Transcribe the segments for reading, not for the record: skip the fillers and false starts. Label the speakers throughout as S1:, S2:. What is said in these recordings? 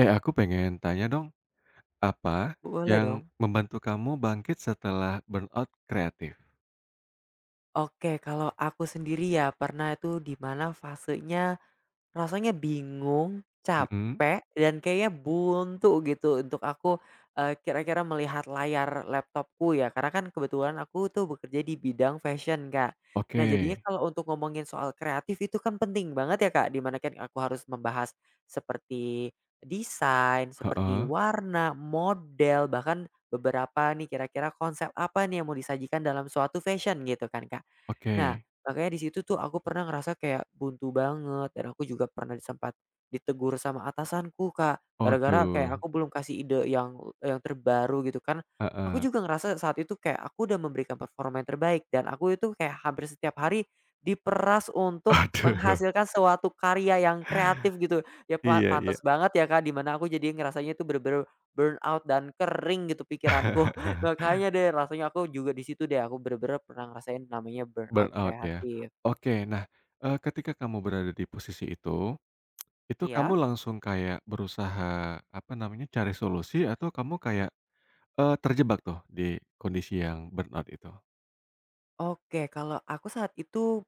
S1: Eh, aku pengen tanya dong, apa
S2: Boleh
S1: yang
S2: dong.
S1: membantu kamu bangkit setelah burnout kreatif?
S2: Oke, kalau aku sendiri ya pernah itu di mana fasenya. Rasanya bingung,
S1: Mhm.
S2: capek, dan kayaknya buntu gitu untuk aku, kira-kira melihat layar laptopku ya, karena kan kebetulan aku tuh bekerja di bidang fashion, Kak.
S1: Oke.
S2: Nah, jadinya kalau untuk ngomongin soal kreatif itu kan penting banget ya, Kak, dimana kan aku harus membahas seperti desain, seperti
S1: Heeh.
S2: warna, model, bahkan beberapa nih kira-kira konsep apa nih yang mau disajikan dalam suatu fashion gitu kan, Kak. Nah,
S1: Oke.
S2: makanya di situ tuh aku pernah ngerasa kayak buntu banget dan aku juga pernah sempat ditegur sama atasanku, Kak. Gara-gara
S1: Aduh.
S2: kayak aku belum kasih ide yang terbaru gitu kan. Aku
S1: Heeh.
S2: juga ngerasa saat itu kayak aku udah memberikan performa yang terbaik dan aku itu kayak hampir setiap hari diperas untuk
S1: Aduh.
S2: menghasilkan suatu karya yang kreatif gitu. Ya
S1: Iya, iya.
S2: pantes banget ya Kak, dimana aku jadi ngerasanya itu bener-bener burnout dan kering gitu pikiranku. Makanya deh, rasanya aku juga di situ deh, aku bener-bener pernah ngerasain namanya burnout
S1: Burnout ya.
S2: kreatif.
S1: Oke, nah, ketika kamu berada di posisi itu kamu
S2: Iya,
S1: langsung kayak berusaha, apa namanya, cari solusi atau kamu kayak, terjebak tuh di kondisi yang burnout itu?
S2: oke, kalau aku saat itu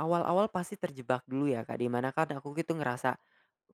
S2: awal-awal pasti terjebak dulu ya, Kak, di mana kan aku gitu ngerasa,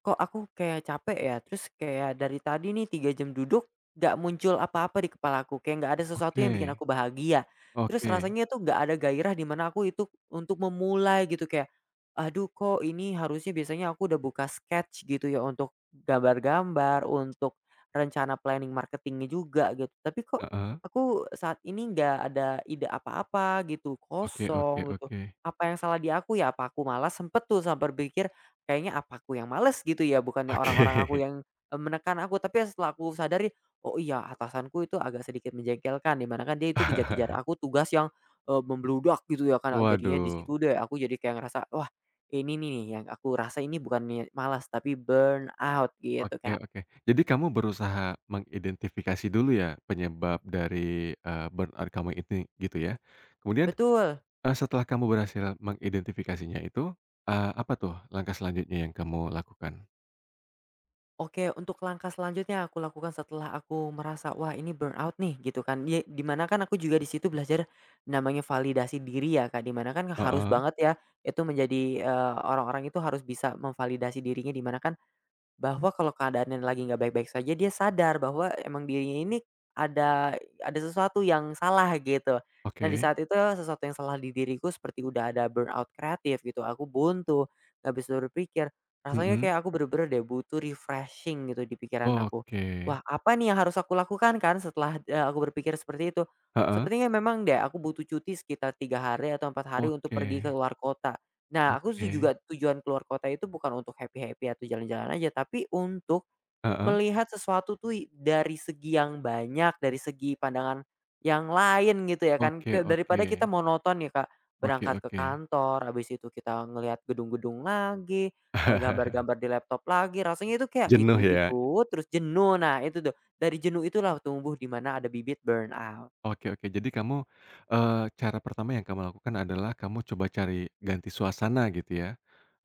S2: "Kok aku kayak capek ya?" Terus kayak dari tadi nih 3 jam duduk gak muncul apa-apa di kepala aku kayak nggak ada sesuatu
S1: Oke.
S2: yang bikin aku bahagia. Terus
S1: Oke.
S2: rasanya tuh nggak ada gairah di mana aku itu untuk memulai gitu kayak, "Aduh kok ini harusnya biasanya aku udah buka sketch gitu ya untuk gambar-gambar, untuk rencana planning marketingnya juga," gitu. Tapi kok
S1: Heeh.
S2: aku saat ini nggak ada ide apa-apa gitu,
S1: Oke, oke,
S2: kosong gitu.
S1: oke.
S2: Apa yang salah di aku ya? Apa aku malas? Sempet tuh sampai berpikir, kayaknya apa aku yang malas gitu ya, bukannya orang-orang aku
S1: Oke.
S2: yang, menekan aku. Tapi ya setelah aku sadari, oh iya atasanku itu agak sedikit menjengkelkan, di kan dia itu kejar-kejar aku tugas yang, membludak gitu ya kan. "Oh, jadinya di
S1: Waduh.
S2: situ deh aku jadi kayak ngerasa, wah ini nih nih yang aku rasa ini bukannya malas tapi burnout gitu,
S1: Oke,
S2: Kak.
S1: oke. Jadi kamu berusaha mengidentifikasi dulu ya penyebab dari, burnout kamu ini gitu ya. Kemudian,
S2: Betul.
S1: setelah kamu berhasil mengidentifikasinya itu, apa tuh langkah selanjutnya yang kamu lakukan?
S2: Oke, untuk langkah selanjutnya aku lakukan setelah aku merasa, "Wah, ini burnout nih," gitu kan. Di mana kan aku juga di situ belajar namanya validasi diri ya, Kak, di kan harus
S1: Heeh.
S2: banget ya itu menjadi, orang-orang itu harus bisa memvalidasi dirinya di kan bahwa kalau keadaannya lagi nggak baik-baik saja dia sadar bahwa emang dirinya ini ada sesuatu yang salah gitu. Nah di
S1: Oke.
S2: saat itu sesuatu yang salah di diriku seperti udah ada burnout kreatif gitu, aku buntu, nggak bisa berpikir. Rasanya
S1: Mhm.
S2: kayak aku bener-bener deh butuh refreshing gitu di pikiran aku.
S1: Oke.
S2: Wah apa nih yang harus aku lakukan kan setelah, aku berpikir seperti itu.
S1: Heeh.
S2: Sepertinya memang deh aku butuh cuti sekitar 3 hari atau 4 hari untuk
S1: Oke,
S2: pergi ke luar kota. Nah, aku tuh
S1: oke.
S2: juga tujuan keluar kota itu bukan untuk happy-happy atau jalan-jalan aja, tapi untuk
S1: Heeh.
S2: melihat sesuatu tuh dari segi yang banyak, dari segi pandangan yang lain gitu ya kan.
S1: Oke,
S2: Ke daripada
S1: oke.
S2: kita monoton ya, Kak,
S1: Oke,
S2: berangkat ke
S1: oke.
S2: kantor, habis itu kita ngelihat gedung-gedung lagi, gambar-gambar di laptop lagi, rasanya itu kayak itu
S1: Jenuh ya?
S2: itu terus jenuh. Nah, itu tuh, dari jenuh itulah tumbuh di mana ada bibit burnout.
S1: Oke, oke. Jadi kamu, cara pertama yang kamu lakukan adalah kamu coba cari ganti suasana gitu ya,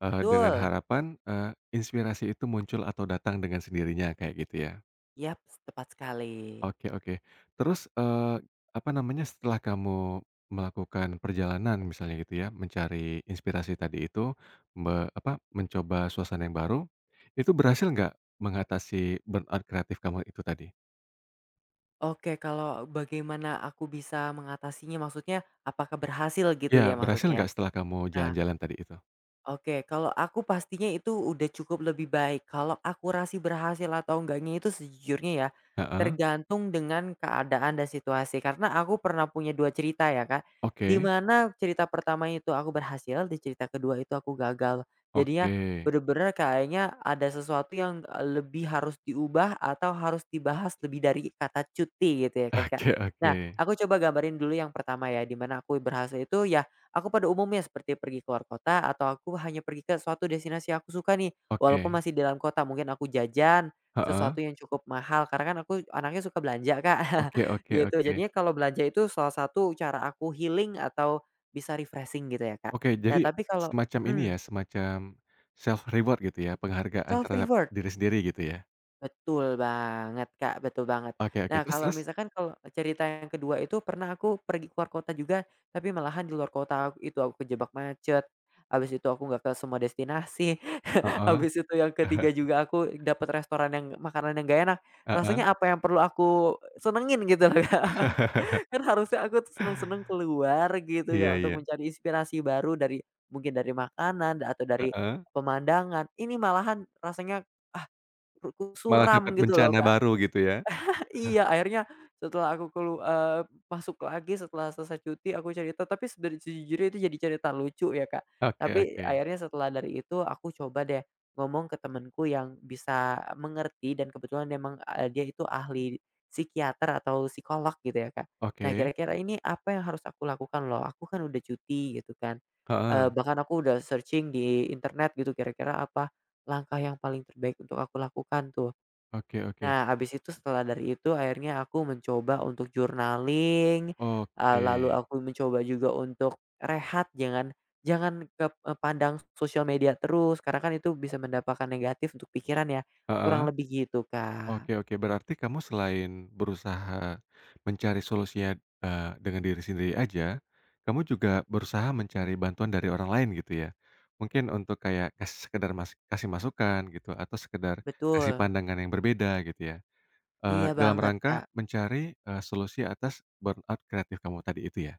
S1: dengan
S2: Betul,
S1: harapan, inspirasi itu muncul atau datang dengan sendirinya kayak gitu ya.
S2: yap, tepat sekali.
S1: Oke, oke. Terus, apa namanya, setelah kamu melakukan perjalanan misalnya gitu ya, mencari inspirasi tadi itu, mencoba suasana yang baru, itu berhasil nggak mengatasi burnout kreatif kamu itu tadi?
S2: Oke, kalau bagaimana aku bisa mengatasinya, maksudnya apakah berhasil gitu
S1: Ya,
S2: ya
S1: berhasil
S2: maksudnya?
S1: nggak setelah kamu
S2: Nah,
S1: jalan-jalan tadi itu?
S2: oke, kalau aku pastinya itu udah cukup lebih baik. Kalau akurasi berhasil atau enggaknya itu sejujurnya ya
S1: Heeh.
S2: tergantung dengan keadaan dan situasi. Karena aku pernah punya dua cerita ya Kak, di
S1: Oke.
S2: mana cerita pertama itu aku berhasil, di cerita kedua itu aku gagal.
S1: Oke.
S2: Jadinya bener-bener kayaknya ada sesuatu yang lebih harus diubah atau harus dibahas lebih dari kata cuti gitu ya kan Kak.
S1: Oke,
S2: Nah,
S1: oke.
S2: aku coba gambarin dulu yang pertama ya, di mana aku berhasil itu ya. Aku pada umumnya seperti pergi keluar kota atau aku hanya pergi ke suatu destinasi yang aku suka nih, walaupun
S1: Oke.
S2: masih di dalam kota. Mungkin aku jajan
S1: Heeh.
S2: sesuatu yang cukup mahal karena kan aku anaknya suka belanja, Kak,
S1: Oke, oke,
S2: gitu.
S1: oke.
S2: Jadinya kalau belanja itu salah satu cara aku healing atau bisa refreshing gitu ya, Kak.
S1: Oke,
S2: Nah,
S1: jadi
S2: tapi kalau
S1: semacam ini ya,
S2: mhm,
S1: semacam self reward gitu ya, penghargaan
S2: self
S1: terhadap
S2: reward.
S1: diri sendiri gitu ya?
S2: Betul banget, Kak, betul banget.
S1: Oke, oke,
S2: Nah,
S1: terus,
S2: kalau
S1: terus?
S2: misalkan kalau cerita yang kedua itu pernah aku pergi keluar kota juga, tapi malahan di luar kota aku itu aku kejebak macet, habis itu aku nggak ke semua destinasi,
S1: Heeh.
S2: habis itu yang ketiga juga aku dapat restoran yang makanan yang gak enak. Rasanya
S1: Heeh.
S2: apa yang perlu aku senengin gitu loh, Kak. Kan harusnya aku tuh seneng-seneng keluar gitu
S1: Iya,
S2: ya
S1: iya.
S2: untuk mencari inspirasi baru dari mungkin dari makanan atau dari
S1: Heeh.
S2: pemandangan, ini malahan rasanya, ah, ru
S1: Malah
S2: suram
S1: dapat
S2: gitu loh,
S1: bencana
S2: Kak.
S1: baru gitu ya?
S2: Iya, akhirnya setelah aku masuk lagi setelah selesai cuti aku cerita, tapi sejujurnya itu jadi cerita lucu ya, Kak.
S1: Oke,
S2: Tapi
S1: oke.
S2: akhirnya setelah dari itu aku coba deh ngomong ke temenku yang bisa mengerti dan kebetulan memang, dia itu ahli psikiater atau psikolog gitu ya, Kak. Nah,
S1: Oke.
S2: kira-kira ini apa yang harus aku lakukan loh? Aku kan udah cuti gitu kan,
S1: Heeh.
S2: bahkan aku udah searching di internet gitu kira-kira apa langkah yang paling terbaik untuk aku lakukan tuh.
S1: Oke, oke.
S2: Nah, abis itu setelah dari itu akhirnya aku mencoba untuk journaling,
S1: Oke.
S2: lalu aku mencoba juga untuk rehat, jangan jangan kep eee, pandang sosial media terus, karena kan itu bisa mendapatkan negatif untuk pikiran ya,
S1: Heeh.
S2: kurang lebih gitu, Kak.
S1: Oke, oke, berarti kamu selain berusaha mencari solusinya, dengan diri sendiri aja, kamu juga berusaha mencari bantuan dari orang lain gitu ya? Mungkin untuk kayak kasih sekedar kasih masukan gitu atau sekedar kasih
S2: Betul,
S1: pandangan yang berbeda gitu ya,
S2: iya
S1: dalam
S2: banget, Kak.
S1: rangka mencari, solusi atas burnout kreatif kamu tadi itu ya?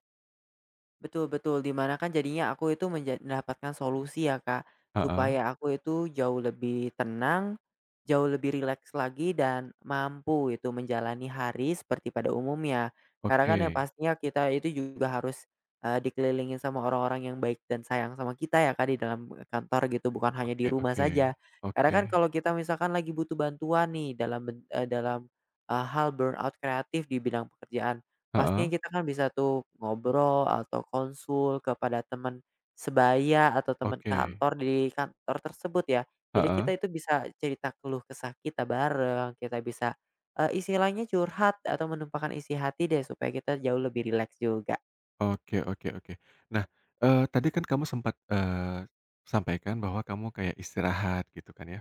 S2: Betul betul, di kan jadinya aku itu mendapatkan solusi ya, Kak,
S1: Heeh.
S2: supaya aku itu jauh lebih tenang, jauh lebih rileks lagi dan mampu itu menjalani hari seperti pada umumnya. Karena
S1: Oke.
S2: kan yang pastinya kita itu juga harus, dikelilingin sama orang-orang yang baik dan sayang sama kita ya, Kak, di dalam kantor gitu, bukan hanya di
S1: Oke,
S2: rumah
S1: oke.
S2: saja. Karena
S1: Oke.
S2: kan kalau kita misalkan lagi butuh bantuan nih dalam ben eee, dalam, eee, hal burnout kreatif di bidang pekerjaan.
S1: Heeh.
S2: Pastinya kita kan bisa tuh ngobrol atau konsul kepada teman sebaya atau teman
S1: Oke.
S2: kantor di kantor tersebut ya. Jadi
S1: Heeh.
S2: kita itu bisa cerita keluh kesah kita bareng, kita bisa, istilahnya curhat atau menumpahkan isi hati deh supaya kita jauh lebih rileks juga.
S1: Oke, oke, oke. Nah, tadi kan kamu sempat, sampaikan bahwa kamu kayak istirahat gitu kan ya.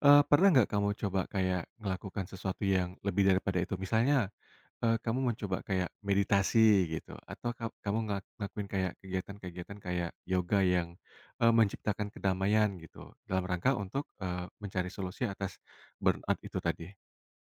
S1: Pernah nggak kamu coba kayak melakukan sesuatu yang lebih daripada itu? Misalnya, kamu mencoba kayak meditasi gitu atau kamu ngelakuin kayak kegiatan-kegiatan kayak yoga yang, menciptakan kedamaian gitu dalam rangka untuk, mencari solusi atas burnout itu tadi?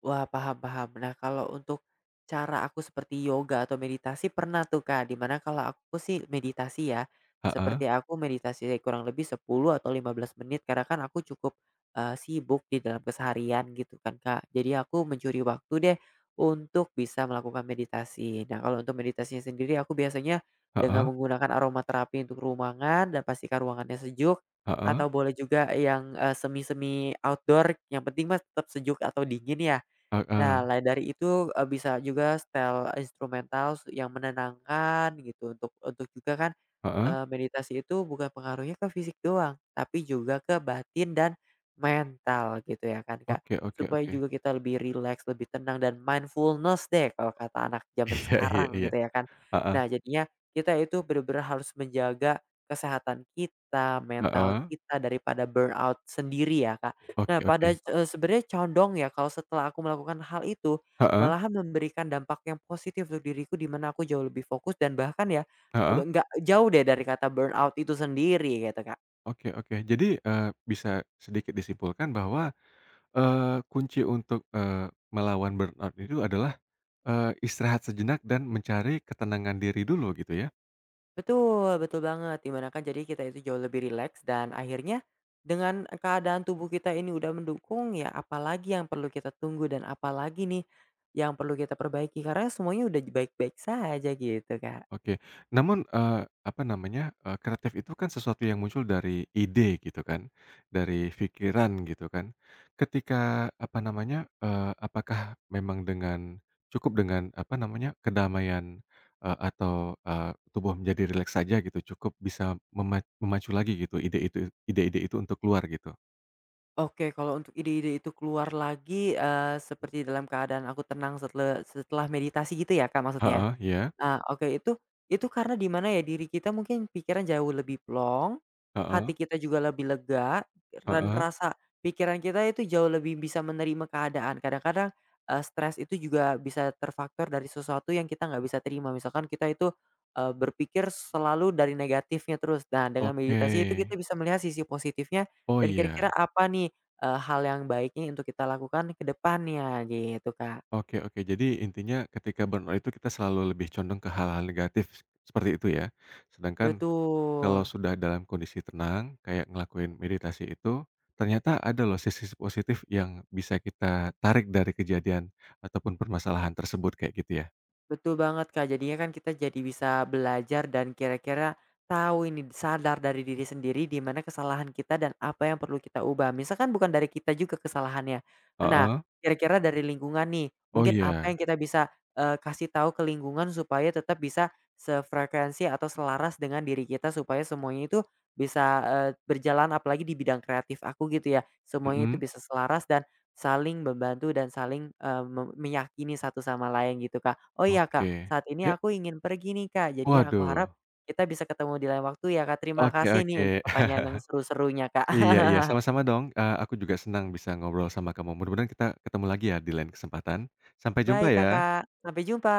S2: Wah, paham paham. Nah, kalau untuk cara aku seperti yoga atau meditasi pernah tuh, Kak, dimana kalau aku sih meditasi ya,
S1: Heeh.
S2: seperti aku meditasi kurang lebih 10 atau 15 menit karena kan aku cukup, sibuk di dalam keseharian gitu kan, Kak. Jadi aku mencuri waktu deh untuk bisa melakukan meditasi. Nah, kalau untuk meditasinya sendiri aku biasanya dengan
S1: Heeh.
S2: menggunakan aromaterapi untuk ruangan dan pastikan ruangannya sejuk
S1: Heeh.
S2: atau boleh juga yang, semi-semi outdoor yang penting tetap sejuk atau dingin ya.
S1: Heeh. Heeh.
S2: Nah, lain dari itu, bisa juga setel instrumental yang menenangkan gitu untuk juga kan,
S1: Heeh.
S2: meditasi itu bukan pengaruhnya ke fisik doang, tapi juga ke batin dan mental gitu ya kan, Kak.
S1: Oke, oke,
S2: Supaya
S1: oke.
S2: juga kita lebih rileks, lebih tenang dan mindfulness deh kalau kata anak zaman
S1: Iya, iya,
S2: sekarang
S1: iya.
S2: gitu ya kan.
S1: Heeh.
S2: Nah, jadinya kita itu bener-bener harus menjaga kesehatan kita, mental
S1: Heeh.
S2: kita daripada burnout sendiri ya, Kak.
S1: Oke,
S2: Nah
S1: oke.
S2: pada, sebenarnya condong ya kalau setelah aku melakukan hal itu,
S1: Heeh,
S2: malahan memberikan dampak yang positif untuk diriku di mana aku jauh lebih fokus dan bahkan ya,
S1: heeh.
S2: nggak jauh deh dari kata burnout itu sendiri gitu, Kak.
S1: Oke, oke. Jadi, bisa sedikit disimpulkan bahwa, kunci untuk, melawan burnout itu adalah, istirahat sejenak dan mencari ketenangan diri dulu gitu ya?
S2: Betul betul banget di kan jadi kita itu jauh lebih rileks dan akhirnya, dengan keadaan tubuh kita ini udah mendukung ya apalagi yang perlu kita tunggu dan apalagi nih, yang perlu kita perbaiki karena semuanya udah baik-baik saja gitu, Kak.
S1: Oke. Namun, apa namanya, kreatif itu kan sesuatu yang muncul dari ide gitu kan, dari pikiran gitu kan. Ketika apa namanya, apakah memang dengan cukup dengan apa namanya, kedamaian, atau, eee, tubuh menjadi rileks saja gitu cukup bisa mema memacu lagi gitu ide-ide itu untuk keluar gitu?
S2: Oke, kalau untuk ide-ide itu keluar lagi, seperti dalam keadaan aku tenang setelah meditasi gitu ya, Kak, maksudnya? Ya?
S1: Heeh, ya.
S2: Ah, oke itu karena di mana ya, diri kita mungkin pikiran jauh lebih plong,
S1: Heeh.
S2: hati kita juga lebih lega, dan
S1: Heeh.
S2: rasa pikiran kita itu jauh lebih bisa menerima keadaan. Kadang-kadang, stres itu juga bisa terfaktor dari sesuatu yang kita nggak bisa terima. Misalkan kita itu, berpikir selalu dari negatifnya terus. Nah, dengan
S1: Oke.
S2: meditasi itu kita bisa melihat sisi positifnya
S1: Oh,
S2: dan
S1: iya.
S2: kira-kira apa nih, hal yang baiknya untuk kita lakukan ke depannya gitu, Kak.
S1: Oke, oke. Jadi intinya ketika burnout itu kita selalu lebih condong ke hal-hal negatif seperti itu ya. Sedangkan kalau
S2: Betul.
S1: sudah dalam kondisi tenang, kayak ngelakuin meditasi itu, ternyata ada loh sisi-sisi positif yang bisa kita tarik dari kejadian ataupun permasalahan tersebut kayak gitu ya?
S2: Betul banget, Kak. Jadinya kan kita jadi bisa belajar dan kira-kira tahu ini, sadar dari diri sendiri di mana kesalahan kita dan apa yang perlu kita ubah. Misalkan bukan dari kita juga kesalahannya. Nah,
S1: Heeh.
S2: kira-kira dari lingkungan nih,
S1: Oh,
S2: mungkin
S1: iya.
S2: apa yang kita bisa kasih tahu ke lingkungan supaya tetap bisa sefrekuensi atau selaras dengan diri kita supaya semuanya itu bisa berjalan apalagi di bidang kreatif aku gitu ya. Semuanya itu
S1: Mhm.
S2: bisa selaras dan saling membantu dan saling meyakini satu sama lain gitu, Kak. Oh iya Kak,
S1: Oke.
S2: saat ini
S1: Ya,
S2: aku ingin pergi nih Kak, jadinya aku
S1: waduh.
S2: harap kita bisa ketemu di lain waktu ya Kak, terima
S1: Oke,
S2: kasih nih
S1: oke.
S2: untuk pertanyaan yang seru-serunya Kak.
S1: Iya, iya, sama-sama dong, aku juga senang bisa ngobrol sama kamu. Mudah-mudahan kita ketemu lagi ya di lain kesempatan. Sampai jumpa
S2: Baik
S1: ya.
S2: Kakak, sampai jumpa.